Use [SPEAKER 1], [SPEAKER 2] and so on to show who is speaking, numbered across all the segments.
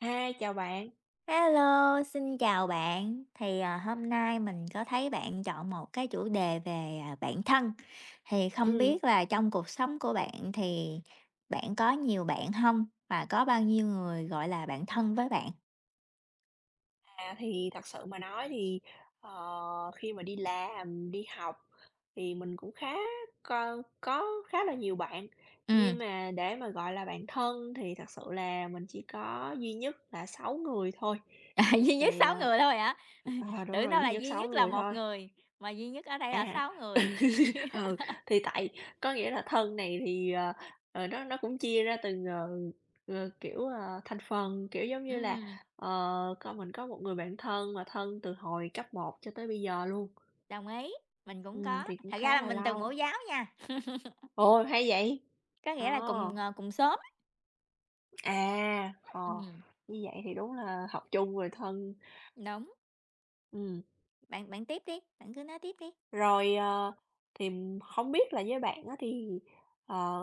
[SPEAKER 1] Hi, chào bạn.
[SPEAKER 2] Hello, xin chào bạn. Thì, hôm nay mình có thấy bạn chọn một cái chủ đề về, bản thân, thì không
[SPEAKER 1] Ừm,
[SPEAKER 2] biết là trong cuộc sống của bạn thì bạn có nhiều bạn không? Và có bao nhiêu người, gọi là, bạn thân với bạn?
[SPEAKER 1] thì thật sự mà nói thì, ờ, khi mà đi làm, đi học thì mình cũng khá co có khá là nhiều bạn,
[SPEAKER 2] Ừ.
[SPEAKER 1] nhưng mà để mà gọi là bạn thân thì thật sự là mình chỉ có duy nhất là 6 người thôi.
[SPEAKER 2] À, duy nhất
[SPEAKER 1] Thì,
[SPEAKER 2] sáu người thôi hả?
[SPEAKER 1] đúng
[SPEAKER 2] Tưởng
[SPEAKER 1] rồi,
[SPEAKER 2] đâu
[SPEAKER 1] duy
[SPEAKER 2] là
[SPEAKER 1] nhất
[SPEAKER 2] duy
[SPEAKER 1] 6
[SPEAKER 2] nhất là
[SPEAKER 1] người
[SPEAKER 2] một
[SPEAKER 1] thôi.
[SPEAKER 2] người, mà duy nhất ở đây là
[SPEAKER 1] À.
[SPEAKER 2] 6 người.
[SPEAKER 1] Ừ, thì có nghĩa là thân này thì, nó cũng chia ra từng, kiểu, thành phần, kiểu, giống như là,
[SPEAKER 2] Ừm,
[SPEAKER 1] ờ, co mình có một người bạn thân mà thân từ hồi cấp một cho tới bây giờ luôn,
[SPEAKER 2] đồng ý, mình cũng có.
[SPEAKER 1] thì cũng
[SPEAKER 2] Thật ra
[SPEAKER 1] khá
[SPEAKER 2] là
[SPEAKER 1] là
[SPEAKER 2] mình từ
[SPEAKER 1] lâu.
[SPEAKER 2] mẫu giáo nha,
[SPEAKER 1] Ôi hay vậy!
[SPEAKER 2] có nghĩa là
[SPEAKER 1] Ờ,
[SPEAKER 2] cùng, cùng xóm.
[SPEAKER 1] à, ờ,
[SPEAKER 2] Ừm,
[SPEAKER 1] như vậy thì đúng là học chung rồi thân.
[SPEAKER 2] đúng.
[SPEAKER 1] Ừm,
[SPEAKER 2] Bạn bạn tiếp đi, bạn cứ nói tiếp đi.
[SPEAKER 1] rồi, ờ, thì không biết là với bạn á thì, ờ,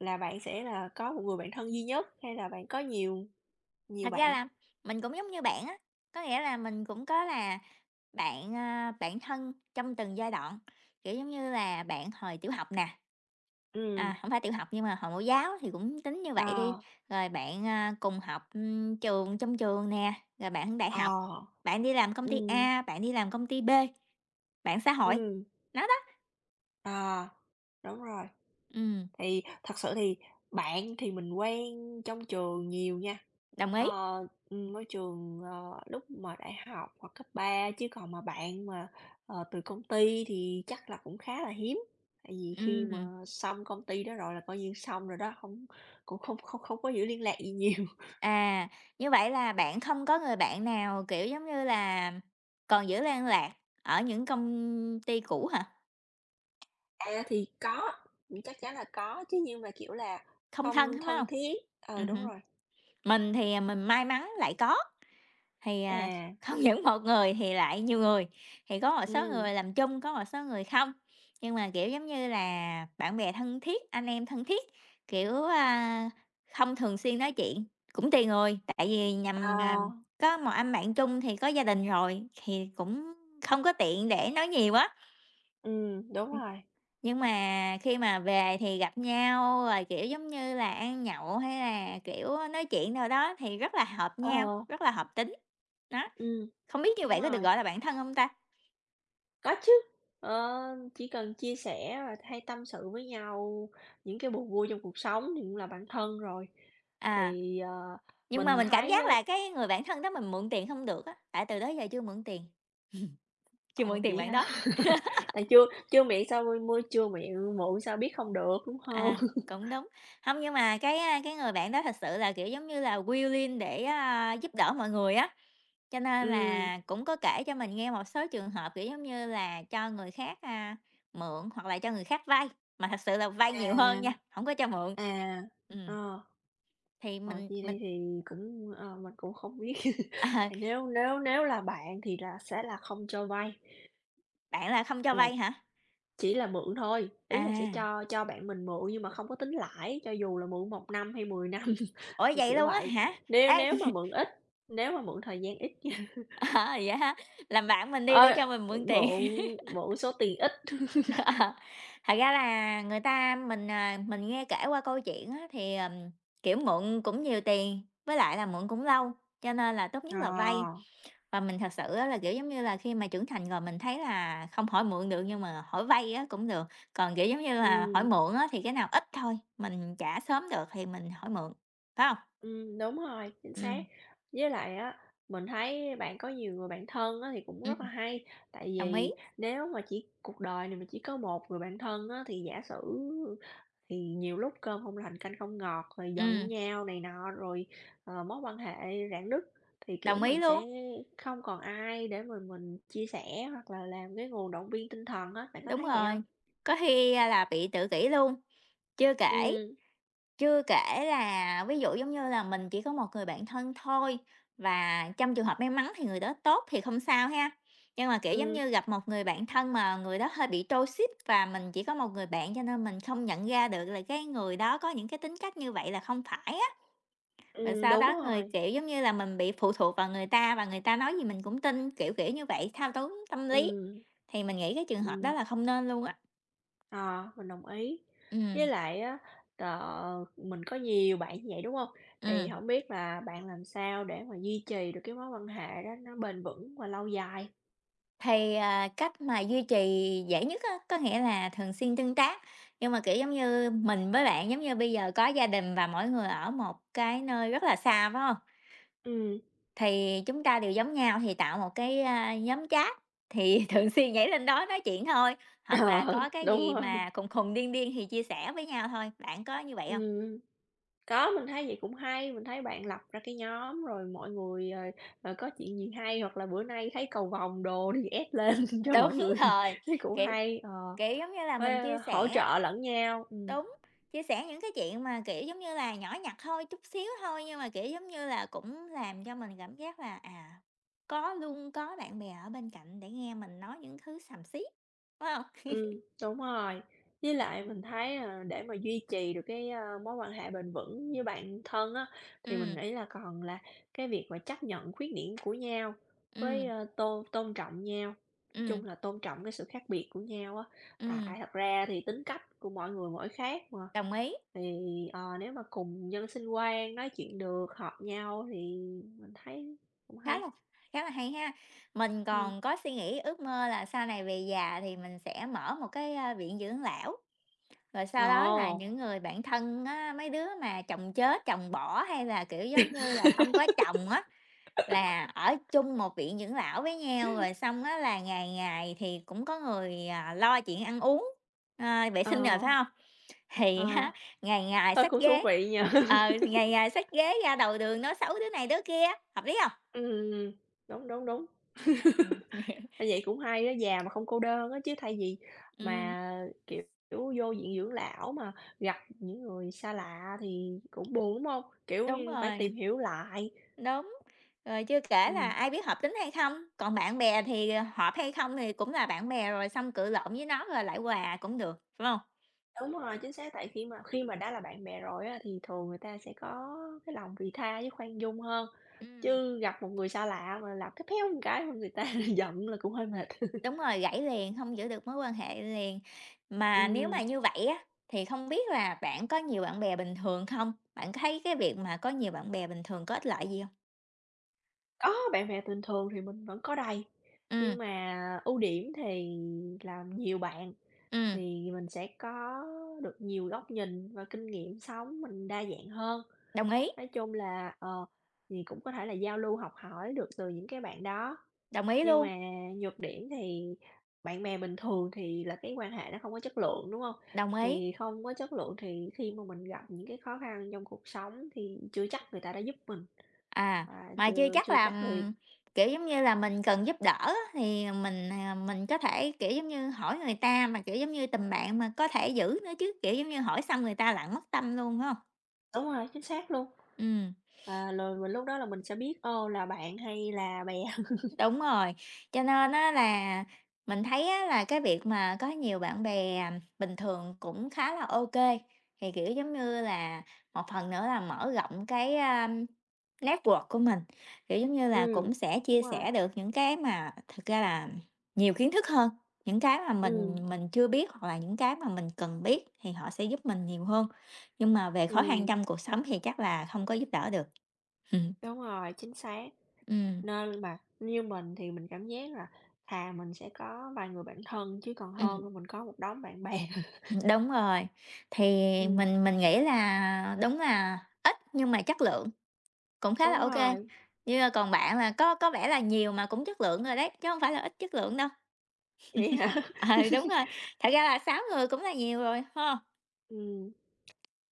[SPEAKER 1] là bạn sẽ là có một người bạn thân duy nhất hay là bạn có nhiều? Nhiều
[SPEAKER 2] Thật ra
[SPEAKER 1] bạn,
[SPEAKER 2] là mình cũng giống như bạn á, có nghĩa là mình cũng có là bạn thân trong từng giai đoạn, kiểu, giống như là bạn hồi tiểu học nè.
[SPEAKER 1] ừm,
[SPEAKER 2] À, hổng phải tiểu học nhưng mà hồi mẫu giáo thì cũng tính như vậy đi,
[SPEAKER 1] ờ,
[SPEAKER 2] rồi bạn, cùng học, trong trường nè, rồi bạn đại học,
[SPEAKER 1] ờ,
[SPEAKER 2] bạn đi làm công ty
[SPEAKER 1] ừm,
[SPEAKER 2] A, bạn đi làm công ty B, bạn xã hội.
[SPEAKER 1] ừm,
[SPEAKER 2] Nó đó.
[SPEAKER 1] ờ, đúng rồi.
[SPEAKER 2] Ừm.
[SPEAKER 1] Thì thật sự thì bạn thì mình quen trong trường nhiều nha,
[SPEAKER 2] Đồng ý.
[SPEAKER 1] ờ, môi trường, lúc mà đại học hoặc cấp 3 chứ còn mà bạn mà, từ công ty thì chắc là cũng khá là hiếm. Tại vì khi
[SPEAKER 2] Ừm.
[SPEAKER 1] mà xong công ty đó rồi là coi như xong rồi đó, hông cũng không không không có giữ liên lạc gì nhiều.
[SPEAKER 2] À, như vậy là bạn không có người bạn nào, kiểu, giống như là, còn giữ liên lạc ở những công ty cũ hả?
[SPEAKER 1] À, thì có, chắc chắn là có chứ, nhưng mà, kiểu là,
[SPEAKER 2] Không thân
[SPEAKER 1] không
[SPEAKER 2] hết, phải
[SPEAKER 1] thân
[SPEAKER 2] không?
[SPEAKER 1] thiết. Ờ, đúng
[SPEAKER 2] Hứm.
[SPEAKER 1] rồi.
[SPEAKER 2] Mình thì, mình may mắn lại có. Thì,
[SPEAKER 1] À,
[SPEAKER 2] không những một người thì lại nhiều người, thì có một số
[SPEAKER 1] ừm,
[SPEAKER 2] người làm chung, có một số người không. Nhưng mà, kiểu, giống như là bạn bè thân thiết, anh em thân thiết, kiểu, không thường xuyên nói chuyện, cũng tùy người, tại vì
[SPEAKER 1] ờ,
[SPEAKER 2] nhằm, có một anh bạn chung thì có gia đình rồi, thì cũng không có tiện để nói nhiều quá.
[SPEAKER 1] đúng rồi.
[SPEAKER 2] Nhưng mà khi mà về thì gặp nhau rồi, kiểu, giống như là ăn nhậu hay là, kiểu, nói chuyện nào đó thì rất là hợp nhau,
[SPEAKER 1] Ờ,
[SPEAKER 2] rất là hợp tính. Đó.
[SPEAKER 1] ừm,
[SPEAKER 2] Không biết như
[SPEAKER 1] đúng
[SPEAKER 2] vậy có được
[SPEAKER 1] rồi,
[SPEAKER 2] gọi là bạn thân không ta?
[SPEAKER 1] có chứ. Ờ, chỉ cần chia sẻ và hay tâm sự với nhau những cái buồn vui trong cuộc sống thì cũng là bạn thân rồi.
[SPEAKER 2] À,
[SPEAKER 1] Thì,
[SPEAKER 2] nhưng mà
[SPEAKER 1] mình
[SPEAKER 2] mình cảm
[SPEAKER 1] thấy
[SPEAKER 2] giác
[SPEAKER 1] á.
[SPEAKER 2] là cái người bạn thân đó mình mượn tiền không được á, tại từ đó giờ chưa mượn tiền,
[SPEAKER 1] Ồ, vậy
[SPEAKER 2] bạn
[SPEAKER 1] hả?
[SPEAKER 2] đó.
[SPEAKER 1] Tại chưa chưa miệng sao môi môi chưa miệng muộn sao biết không được, đúng không?
[SPEAKER 2] À, cũng đúng. Không, nhưng mà cái người bạn đó thật sự là, kiểu, giống như là, willing để, giúp đỡ mọi người á, cho nên
[SPEAKER 1] Ừm,
[SPEAKER 2] là cũng có kể cho mình nghe một số trường hợp, kiểu, giống như là, cho người khác, mượn hoặc là cho người khác vay, mà thật sự là vay nhiều hơn nha,
[SPEAKER 1] à,
[SPEAKER 2] không có cho mượn.
[SPEAKER 1] à,
[SPEAKER 2] Ừm,
[SPEAKER 1] ờ.
[SPEAKER 2] thì
[SPEAKER 1] Ờ,
[SPEAKER 2] mình
[SPEAKER 1] chi
[SPEAKER 2] mình
[SPEAKER 1] đây thì cũng, mình cũng không biết,
[SPEAKER 2] ờ,
[SPEAKER 1] tại nếu nếu nếu là bạn thì là sẽ là không cho vay,
[SPEAKER 2] bạn là không cho
[SPEAKER 1] là
[SPEAKER 2] vay hả?
[SPEAKER 1] chỉ là mượn thôi, ý là sẽ
[SPEAKER 2] À.
[SPEAKER 1] cho bạn mình mượn nhưng mà không có tính lãi, cho dù là mượn một năm hay 10 năm,
[SPEAKER 2] Ủa,
[SPEAKER 1] thì
[SPEAKER 2] vậy
[SPEAKER 1] kiểu
[SPEAKER 2] luôn á
[SPEAKER 1] vậy.
[SPEAKER 2] hả?
[SPEAKER 1] Nếu
[SPEAKER 2] Ê,
[SPEAKER 1] nếu mà mượn ít, nếu mà mượn thời gian ít nha,
[SPEAKER 2] ờ, vậy hả? Làm bạn mình đi
[SPEAKER 1] ờ,
[SPEAKER 2] để cho mình mượn tiền.
[SPEAKER 1] mượn mượn số tiền ít.
[SPEAKER 2] Ờ, thật ra là người ta mình, à, mình nghe kể qua câu chuyện á thì, kiểu, mượn cũng nhiều tiền, với lại là mượn cũng lâu, cho nên là tốt nhất là vay.
[SPEAKER 1] Ờ,
[SPEAKER 2] Và mình thật sự á là, kiểu, giống như là, khi mà trưởng thành rồi mình thấy là không hỏi mượn được nhưng mà hỏi vay á cũng được, còn, kiểu, giống như là, hỏi
[SPEAKER 1] ừ.
[SPEAKER 2] mượn á thì cái nào ít thôi, mình trả sớm được thì mình hỏi mượn, phải không?
[SPEAKER 1] Đúng rồi, chính
[SPEAKER 2] Ừ.
[SPEAKER 1] xác. Với lại á, mình thấy bạn có nhiều người bạn thân á thì cũng rất là
[SPEAKER 2] Ừm,
[SPEAKER 1] hay, tại
[SPEAKER 2] đồng ý.
[SPEAKER 1] vì nếu mà chỉ cuộc đời này mà chỉ có một người bạn thân á thì giả sử thì nhiều lúc cơm không lành canh không ngọt, rồi
[SPEAKER 2] Ừ,
[SPEAKER 1] giận nhau này nọ, rồi, mối quan hệ rạn nứt, thì, kiểu,
[SPEAKER 2] đồng ý
[SPEAKER 1] mình
[SPEAKER 2] luôn.
[SPEAKER 1] sẽ không còn ai để mà mình chia sẻ hoặc là làm cái nguồn động viên tinh thần á, bạn có
[SPEAKER 2] Đúng
[SPEAKER 1] thấy vậy không?
[SPEAKER 2] rồi, có khi, là bị tự kỷ luôn. Chưa kể
[SPEAKER 1] Ừm,
[SPEAKER 2] chưa kể là ví dụ, giống như là, mình chỉ có một người bạn thân thôi và trong trường hợp may mắn thì người đó tốt thì không sao ha. Nhưng mà, kiểu, giống
[SPEAKER 1] ừm,
[SPEAKER 2] như gặp một người bạn thân mà người đó hơi bị toxic và mình chỉ có một người bạn cho nên mình không nhận ra được là cái người đó có những cái tính cách như vậy là không phải á. Rồi sau
[SPEAKER 1] đúng
[SPEAKER 2] đó người,
[SPEAKER 1] rồi,
[SPEAKER 2] kiểu, giống như là, mình bị phụ thuộc vào người ta và người ta nói gì mình cũng tin, kiểu như vậy, thao túng tâm lý.
[SPEAKER 1] ừm,
[SPEAKER 2] Thì mình nghĩ cái trường hợp đó
[SPEAKER 1] ừm.
[SPEAKER 2] là không nên luôn á.
[SPEAKER 1] Ờ, mình đồng ý.
[SPEAKER 2] Ừ.
[SPEAKER 1] Với lại á, mình có nhiều bạn như vậy, đúng không? Thì
[SPEAKER 2] Ừm,
[SPEAKER 1] không biết là bạn làm sao để mà duy trì được cái mối quan hệ đó nó bền vững và lâu dài?
[SPEAKER 2] thì, cách mà duy trì dễ nhất á, có nghĩa là thường xuyên tương tác, nhưng mà, kiểu, giống như mình với bạn, giống như bây giờ có gia đình và mỗi người ở một cái nơi rất là xa, phải không?
[SPEAKER 1] Ừm,
[SPEAKER 2] Thì chúng ta đều giống nhau thì tạo một cái, nhóm chat, thì thường xuyên nhảy lên đó nói chuyện thôi, hoặc là
[SPEAKER 1] ờ,
[SPEAKER 2] có cái
[SPEAKER 1] đúng
[SPEAKER 2] gì
[SPEAKER 1] rồi.
[SPEAKER 2] mà khùng khùng điên điên thì chia sẻ với nhau thôi, bạn có như vậy không?
[SPEAKER 1] Ừm, có, mình thấy vậy cũng hay, mình thấy bạn lập ra cái nhóm rồi mọi người, có chuyện gì hay hoặc là bữa nay thấy cầu vồng đồ thì ép lên cho mọi
[SPEAKER 2] Đúng
[SPEAKER 1] người,
[SPEAKER 2] rồi,
[SPEAKER 1] thấy cũng
[SPEAKER 2] kiểu
[SPEAKER 1] hay,
[SPEAKER 2] kiểu, giống như là
[SPEAKER 1] phải
[SPEAKER 2] mình chia
[SPEAKER 1] ờ, hỗ
[SPEAKER 2] sẻ.
[SPEAKER 1] trợ lẫn nhau,
[SPEAKER 2] Đúng, chia sẻ những cái chuyện mà, kiểu, giống như là, nhỏ nhặt thôi, chút xíu thôi, nhưng mà, kiểu, giống như là, cũng làm cho mình cảm giác là, à, có luôn có bạn bè ở bên cạnh để nghe mình nói những thứ xàm xí, đúng không?
[SPEAKER 1] Đúng rồi. Với lại mình thấy là để mà duy trì được cái, a, mối quan hệ bền vững với bạn thân á, thì mình
[SPEAKER 2] Ừm.
[SPEAKER 1] nghĩ là còn là cái việc mà chấp nhận khuyết điểm của nhau với,
[SPEAKER 2] Ừm.
[SPEAKER 1] ơ, tôn tôn trọng nhau, nói
[SPEAKER 2] Ừm.
[SPEAKER 1] chung là tôn trọng cái sự khác biệt của nhau á.
[SPEAKER 2] Ừm.
[SPEAKER 1] Tại thật ra thì tính cách của mỗi người mỗi khác mà,
[SPEAKER 2] Đồng ý,
[SPEAKER 1] thì, nếu mà cùng nhân sinh quan, nói chuyện được, hợp nhau thì mình thấy cũng
[SPEAKER 2] khá
[SPEAKER 1] hay.
[SPEAKER 2] là khá là hay ha. Mình
[SPEAKER 1] Ừm.
[SPEAKER 2] còn có suy nghĩ ước mơ là sau này về già thì mình sẽ mở một cái, viện dưỡng lão, rồi sau đó là
[SPEAKER 1] Ồ,
[SPEAKER 2] những người bạn thân á, mấy đứa mà chồng chết, chồng bỏ hay là, kiểu, giống như là, không có chồng á. Là ở chung một viện dưỡng lão với nhau, rồi xong á là ngày ngày thì cũng có người, lo chuyện ăn uống, vệ sinh rồi,
[SPEAKER 1] ờ,
[SPEAKER 2] phải không? Thì á,
[SPEAKER 1] ờ,
[SPEAKER 2] ngày ngày
[SPEAKER 1] ơ,
[SPEAKER 2] xách
[SPEAKER 1] cũng thú
[SPEAKER 2] ghế
[SPEAKER 1] vị nhỉ?
[SPEAKER 2] ừ, ngày ngày xách ghế ra đầu đường nói xấu đứa này đứa kia, hợp lý không?
[SPEAKER 1] Ừm, đúng, đúng, đúng. À, vậy cũng hay á, già mà không cô đơn á, chứ thay vì
[SPEAKER 2] Ừm,
[SPEAKER 1] mà, kiểu, vô viện dưỡng lão mà gặp những người xa lạ thì cũng buồn, đúng hông? Kiểu
[SPEAKER 2] đúng
[SPEAKER 1] như, phải
[SPEAKER 2] rồi,
[SPEAKER 1] tìm hiểu lại.
[SPEAKER 2] đúng. Rồi chưa kể là
[SPEAKER 1] Ừm,
[SPEAKER 2] ai biết hợp tính hay không, còn bạn bè thì, hợp hay không thì cũng là bạn bè rồi xong cự lộn với nó rồi lại hòa cũng được, phải không?
[SPEAKER 1] đúng rồi, chính xác, tại khi mà đã là bạn bè rồi á, thì thường người ta sẽ có cái lòng vị tha với khoan dung hơn,
[SPEAKER 2] Ừm.
[SPEAKER 1] chứ gặp một người xa lạ mà làm một cái người ta giận là cũng hơi mệt.
[SPEAKER 2] Đúng rồi, gãy liền, không giữ được mối quan hệ liền. Mà nếu mà
[SPEAKER 1] Ừm.
[SPEAKER 2] như vậy á, thì không biết là bạn có nhiều bạn bè bình thường không? Bạn thấy cái việc mà có nhiều bạn bè bình thường có ích lợi gì không?
[SPEAKER 1] Có, bạn bè bình thường thì mình vẫn có đầy,
[SPEAKER 2] Ừm.
[SPEAKER 1] nhưng mà ưu điểm thì là nhiều bạn
[SPEAKER 2] Ừm.
[SPEAKER 1] thì mình sẽ có được nhiều góc nhìn và kinh nghiệm sống mình đa dạng hơn.
[SPEAKER 2] Đồng ý.
[SPEAKER 1] Nói chung là, thì cũng có thể là giao lưu học hỏi được từ những cái bạn đó.
[SPEAKER 2] Đồng ý
[SPEAKER 1] Nhưng
[SPEAKER 2] luôn.
[SPEAKER 1] mà nhược điểm thì bạn bè bình thường thì là cái quan hệ nó không có chất lượng, đúng không?
[SPEAKER 2] Đồng ý.
[SPEAKER 1] Thì không có chất lượng thì khi mà mình gặp những cái khó khăn trong cuộc sống thì chưa chắc người ta đã giúp mình,
[SPEAKER 2] À,
[SPEAKER 1] và
[SPEAKER 2] mà chưa
[SPEAKER 1] chưa
[SPEAKER 2] chắc
[SPEAKER 1] chưa
[SPEAKER 2] là,
[SPEAKER 1] chắc người.
[SPEAKER 2] kiểu, giống như là, mình cần giúp đỡ á, thì mình có thể, kiểu, giống như, hỏi người ta mà, kiểu, giống như, tình bạn mà có thể giữ nữa chứ, kiểu, giống như, hỏi xong người ta lại mất tâm luôn, phải hông?
[SPEAKER 1] Đúng rồi, chính xác luôn.
[SPEAKER 2] Ừm.
[SPEAKER 1] À, rồi mình lúc đó là mình sẽ biết, ô, là bạn hay là bè.
[SPEAKER 2] Đúng rồi, cho nên á là mình thấy á là cái việc mà có nhiều bạn bè, bình thường cũng khá là ok, thì, kiểu, giống như là, một phần nữa là mở rộng cái, network của mình, kiểu, giống như là,
[SPEAKER 1] Ừm,
[SPEAKER 2] cũng sẽ
[SPEAKER 1] đúng
[SPEAKER 2] chia
[SPEAKER 1] rồi,
[SPEAKER 2] sẻ được những cái mà thực ra là nhiều kiến thức hơn, những cái mà
[SPEAKER 1] ừm,
[SPEAKER 2] mình chưa biết hoặc là những cái mà mình cần biết thì họ sẽ giúp mình nhiều hơn, nhưng mà về khó khăn
[SPEAKER 1] ừm,
[SPEAKER 2] trong cuộc sống thì chắc là không có giúp đỡ được.
[SPEAKER 1] đúng rồi, chính xác.
[SPEAKER 2] Ừm. Ừm.
[SPEAKER 1] Nên mà như mình thì mình cảm giác là thà mình sẽ có vài người bạn thân chứ còn hơn là mình có một đống bạn bè.
[SPEAKER 2] Đúng rồi, thì
[SPEAKER 1] Ừm,
[SPEAKER 2] mình nghĩ là đúng là ít nhưng mà chất lượng cũng khá là
[SPEAKER 1] đúng
[SPEAKER 2] ok,
[SPEAKER 1] rồi,
[SPEAKER 2] như là còn bạn là có vẻ là nhiều mà cũng chất lượng rồi đấy, chứ không phải là ít chất lượng đâu.
[SPEAKER 1] vậy hả?
[SPEAKER 2] Ừ, đúng rồi, thật ra là 6 người cũng là nhiều rồi ha.
[SPEAKER 1] Ừm,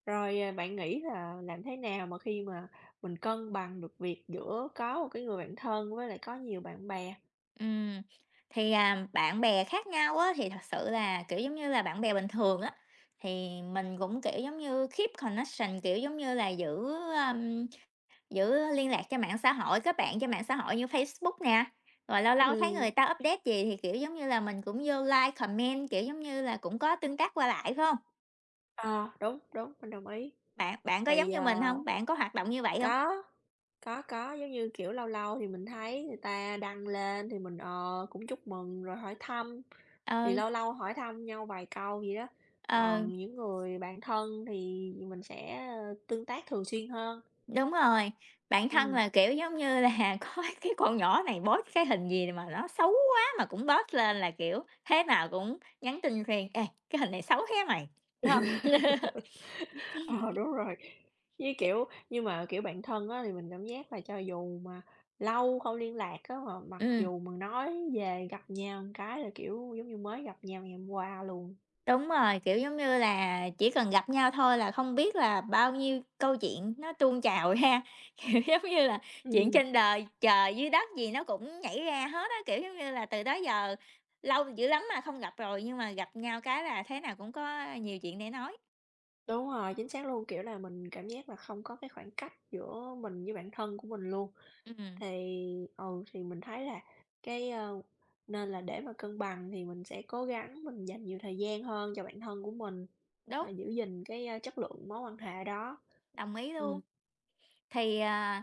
[SPEAKER 1] bạn nghĩ là làm thế nào mà khi mà mình cân bằng được việc giữa có một cái người bạn thân với lại có nhiều bạn bè?
[SPEAKER 2] Ừm, thì, bạn bè khác nhau á thì thật sự là, kiểu, giống như là, bạn bè bình thường á, thì mình cũng, kiểu, giống như, keep connection, kiểu, giống như là, giữ. Giữ liên lạc trên mạng xã hội, kết bạn trên mạng xã hội như Facebook nè, rồi lâu lâu thấy người
[SPEAKER 1] Ừm,
[SPEAKER 2] ta update gì thì, kiểu, giống như là, mình cũng vô like, comment, kiểu, giống như là, cũng có tương tác qua lại, phải hông?
[SPEAKER 1] ờ, đúng, đúng, mình đồng ý.
[SPEAKER 2] Bạn bạn có giống
[SPEAKER 1] Thì,
[SPEAKER 2] như mình không? Bạn có hoạt động như vậy không?
[SPEAKER 1] Có, giống như, kiểu, lâu lâu thì mình thấy người ta đăng lên thì mình, cũng chúc mừng rồi hỏi thăm, thì
[SPEAKER 2] Ừ.
[SPEAKER 1] lâu lâu hỏi thăm nhau vài câu vậy đó.
[SPEAKER 2] Ờ,
[SPEAKER 1] Còn những người bạn thân thì mình sẽ, tương tác thường xuyên hơn.
[SPEAKER 2] đúng rồi, bạn thân
[SPEAKER 1] Ừm,
[SPEAKER 2] là, kiểu, giống như là, có cái con nhỏ này post cái hình gì mà nó xấu quá mà cũng post lên là, kiểu, thế nào cũng nhắn tin riêng: "Ê, cái hình này xấu thế mày!" Phải hông?
[SPEAKER 1] ờ, đúng rồi. Với, kiểu nhưng mà, kiểu, bạn thân á thì mình cảm giác là cho dù mà lâu không liên lạc á, mà mặc
[SPEAKER 2] Ừm.
[SPEAKER 1] dù mà nói về gặp nhau một cái là, kiểu, giống như mới gặp nhau ngày hôm qua luôn.
[SPEAKER 2] Đúng rồi, kiểu, giống như là, chỉ cần gặp nhau thôi là không biết là bao nhiêu câu chuyện nó tuôn trào ra, kiểu, giống như là, chuyện
[SPEAKER 1] Ừm.
[SPEAKER 2] trên đời, trời dưới đất gì nó cũng nhảy ra hết á, kiểu, giống như là, từ đó giờ lâu dữ lắm mà không gặp rồi, nhưng mà gặp nhau cái là thế nào cũng có nhiều chuyện để nói.
[SPEAKER 1] Đúng rồi, chính xác luôn, kiểu là, mình cảm giác là không có cái khoảng cách giữa mình với bản thân của mình luôn.
[SPEAKER 2] Ừm,
[SPEAKER 1] Thì thì mình thấy là cái, ơ nên là để mà cân bằng thì mình sẽ cố gắng mình dành nhiều thời gian hơn cho bản thân của mình,
[SPEAKER 2] đúng,
[SPEAKER 1] và giữ gìn cái, a, chất lượng mối quan hệ đó.
[SPEAKER 2] đồng ý luôn.
[SPEAKER 1] Ừm,
[SPEAKER 2] Thì, à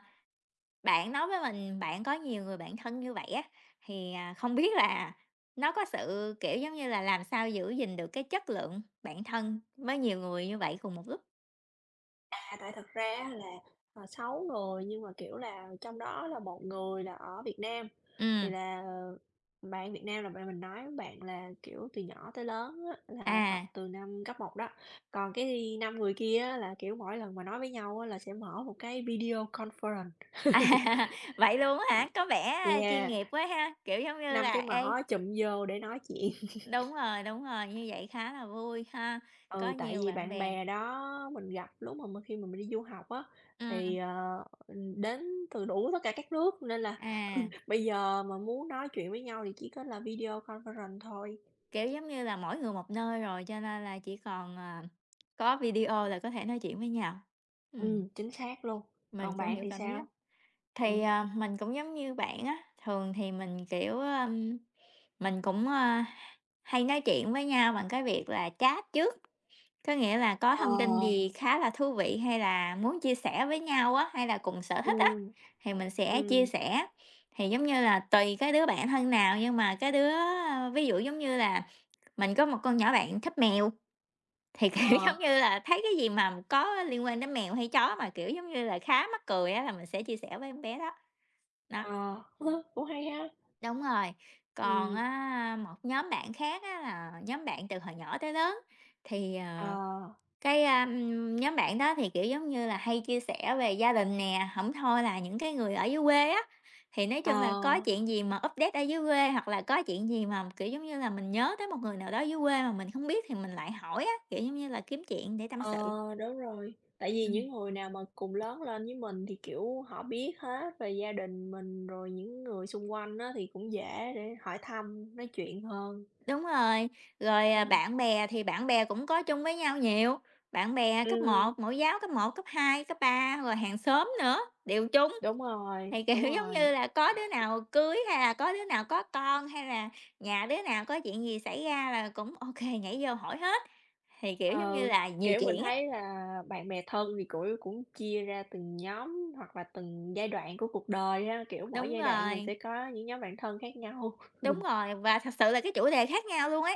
[SPEAKER 2] Bạn nói với mình bạn có nhiều người bạn thân như vậy á, không biết là nó có sự, kiểu, giống như là, làm sao giữ gìn được cái chất lượng bạn thân với nhiều người như vậy cùng một lúc?
[SPEAKER 1] à, tại thật ra là, 6 người nhưng mà, kiểu là, trong đó là 1 người là ở Việt Nam. Thì
[SPEAKER 2] Ừm,
[SPEAKER 1] là, bạn Việt Nam là bạn mình nói bạn là, kiểu, từ nhỏ tới lớn á là học
[SPEAKER 2] à,
[SPEAKER 1] từ năm cấp một đó, còn cái 5 người kia á là, kiểu, mỗi lần mà nói với nhau á là sẽ mở một cái video conference.
[SPEAKER 2] à, vậy luôn á hả? Có vẻ chuyên
[SPEAKER 1] Yeah,
[SPEAKER 2] nghiệp quá ha, kiểu, giống như
[SPEAKER 1] 5
[SPEAKER 2] là,
[SPEAKER 1] cái
[SPEAKER 2] ê
[SPEAKER 1] mỏ chụm vô để nói chuyện.
[SPEAKER 2] đúng rồi, như vậy khá là vui ha, có
[SPEAKER 1] Ừ, tại
[SPEAKER 2] nhiều
[SPEAKER 1] vì
[SPEAKER 2] bạn
[SPEAKER 1] bạn
[SPEAKER 2] bè.
[SPEAKER 1] bè đó mình gặp lúc mà mình khi mà mình đi du học á,
[SPEAKER 2] Ừm,
[SPEAKER 1] thì, đến từ đủ tất cả các nước nên là
[SPEAKER 2] à,
[SPEAKER 1] bây giờ mà muốn nói chuyện với nhau thì chỉ có là video conference thôi.
[SPEAKER 2] kiểu, giống như là, mỗi người một nơi rồi cho nên là chỉ còn, có video là có thể nói chuyện với nhau. Ừm,
[SPEAKER 1] Chính xác luôn.
[SPEAKER 2] mình
[SPEAKER 1] Còn
[SPEAKER 2] cũng
[SPEAKER 1] bạn
[SPEAKER 2] hiểu
[SPEAKER 1] thì
[SPEAKER 2] cảm giác.
[SPEAKER 1] sao? Ừm.
[SPEAKER 2] Mình cũng giống như bạn á, thường thì mình, kiểu, mình cũng, hay nói chuyện với nhau bằng cái việc là chat trước. Có nghĩa là có
[SPEAKER 1] Ờ.
[SPEAKER 2] thông tin gì khá là thú vị hay là muốn chia sẻ với nhau á, hay là cùng sở thích á,
[SPEAKER 1] Ừm,
[SPEAKER 2] thì mình sẽ chia
[SPEAKER 1] ừm.
[SPEAKER 2] sẻ. Thì giống như là tùy cái đứa bạn thân nào, nhưng mà cái đứa ví dụ giống như là mình có một con nhỏ bạn thích mèo, thì, kiểu,
[SPEAKER 1] Ờ,
[SPEAKER 2] giống như là, thấy cái gì mà có liên quan đến mèo hay chó mà, kiểu, giống như là, khá mắc cười á là mình sẽ chia sẻ với con bé đó. Đó.
[SPEAKER 1] ờ, cũng hay ha.
[SPEAKER 2] Đúng rồi, còn
[SPEAKER 1] Ừm,
[SPEAKER 2] á, một nhóm bạn khác á là nhóm bạn từ hồi nhỏ tới lớn, thì,
[SPEAKER 1] ờ,
[SPEAKER 2] ờ, cái, a, nhóm bạn đó thì, kiểu, giống như là, hay chia sẻ về gia đình nè, không thôi là những cái người ở dưới quê á, thì nói
[SPEAKER 1] ờ,
[SPEAKER 2] chung là có chuyện gì mà update ở dưới quê hoặc là có chuyện gì mà, kiểu, giống như là, mình nhớ tới một người nào đó dưới quê mà mình không biết thì mình lại hỏi á, kiểu, giống như là, kiếm chuyện để tâm
[SPEAKER 1] ờ,
[SPEAKER 2] sự.
[SPEAKER 1] đúng rồi. Tại vì những người nào mà cùng lớn lên với mình thì, kiểu, họ biết hết về gia đình mình, rồi những người xung quanh á thì cũng dễ để hỏi thăm, nói chuyện hơn.
[SPEAKER 2] Đúng rồi,
[SPEAKER 1] Ừm,
[SPEAKER 2] bạn bè thì bạn bè cũng có chung với nhau nhiều, bạn bè cấp
[SPEAKER 1] ừm,
[SPEAKER 2] một, mẫu giáo cấp một, cấp 2, cấp 3 rồi hàng xóm nữa, đều chung. Thì, kiểu,
[SPEAKER 1] đúng
[SPEAKER 2] giống
[SPEAKER 1] rồi.
[SPEAKER 2] như là, có đứa nào cưới hay là có đứa nào có con, hay là nhà đứa nào có chuyện gì xảy ra là cũng ok nhảy vô hỏi hết, thì, kiểu, giống như
[SPEAKER 1] Ờ,
[SPEAKER 2] là, nhiều
[SPEAKER 1] kiểu, mình
[SPEAKER 2] chuyện ấy.
[SPEAKER 1] thấy là bạn bè thân thì cũng cũng chia ra từng nhóm hoặc là từng giai đoạn của cuộc đời ha, kiểu, mỗi
[SPEAKER 2] Đúng
[SPEAKER 1] giai đoạn mình
[SPEAKER 2] rồi,
[SPEAKER 1] sẽ có những nhóm bạn thân khác nhau.
[SPEAKER 2] đúng rồi, và thật sự là cái chủ đề khác nhau luôn ấy.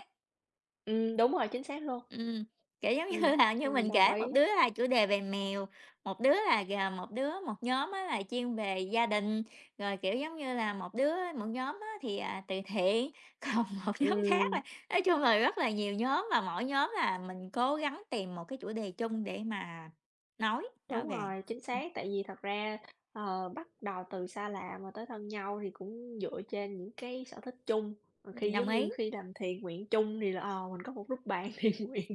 [SPEAKER 1] Đúng rồi, chính xác luôn.
[SPEAKER 2] Ừm, kiểu, giống như
[SPEAKER 1] Ừm,
[SPEAKER 2] là, như
[SPEAKER 1] mình
[SPEAKER 2] mình
[SPEAKER 1] đồng
[SPEAKER 2] kể một
[SPEAKER 1] ý.
[SPEAKER 2] đứa là chủ đề về mèo, một đứa là gà một đứa một nhóm á là chuyên về gia đình, rồi, kiểu, giống như là, một đứa một nhóm á từ thiện, còn một nhóm khác là
[SPEAKER 1] Ừm,
[SPEAKER 2] nói chung là rất là nhiều nhóm và mỗi nhóm là mình cố gắng tìm một cái chủ đề chung để mà nói
[SPEAKER 1] đúng
[SPEAKER 2] về.
[SPEAKER 1] rồi, chính
[SPEAKER 2] Ừm,
[SPEAKER 1] xác, tại vì thật ra, bắt đầu từ xa lạ mà tới thân nhau thì cũng dựa trên những cái sở thích chung, khi
[SPEAKER 2] đồng
[SPEAKER 1] giống
[SPEAKER 2] ý.
[SPEAKER 1] như khi làm thiện nguyện chung thì là, mình có một group bạn thiện nguyện.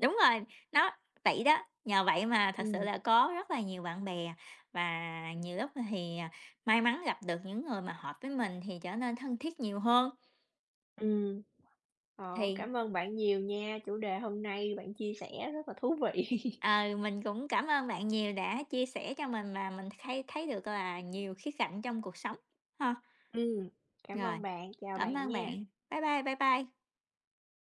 [SPEAKER 2] Đúng rồi, nó vậy đó, nhờ vậy mà thật sự
[SPEAKER 1] Ừm,
[SPEAKER 2] là có rất là nhiều bạn bè và nhiều lúc thì, may mắn gặp được những người mà hợp với mình thì trở nên thân thiết nhiều hơn.
[SPEAKER 1] ừm. Ờ,
[SPEAKER 2] Thì,
[SPEAKER 1] cảm ơn bạn nhiều nha, chủ đề hôm nay bạn chia sẻ rất là thú vị.
[SPEAKER 2] ờ, mình cũng cảm ơn bạn nhiều đã chia sẻ cho mình và mình thấy thấy được là nhiều khía cạnh trong cuộc sống ha.
[SPEAKER 1] Ừm, cảm
[SPEAKER 2] Rồi,
[SPEAKER 1] ơn bạn, chào
[SPEAKER 2] cảm
[SPEAKER 1] bạn
[SPEAKER 2] ơn
[SPEAKER 1] nha.
[SPEAKER 2] bạn. Bye bye, bye bye.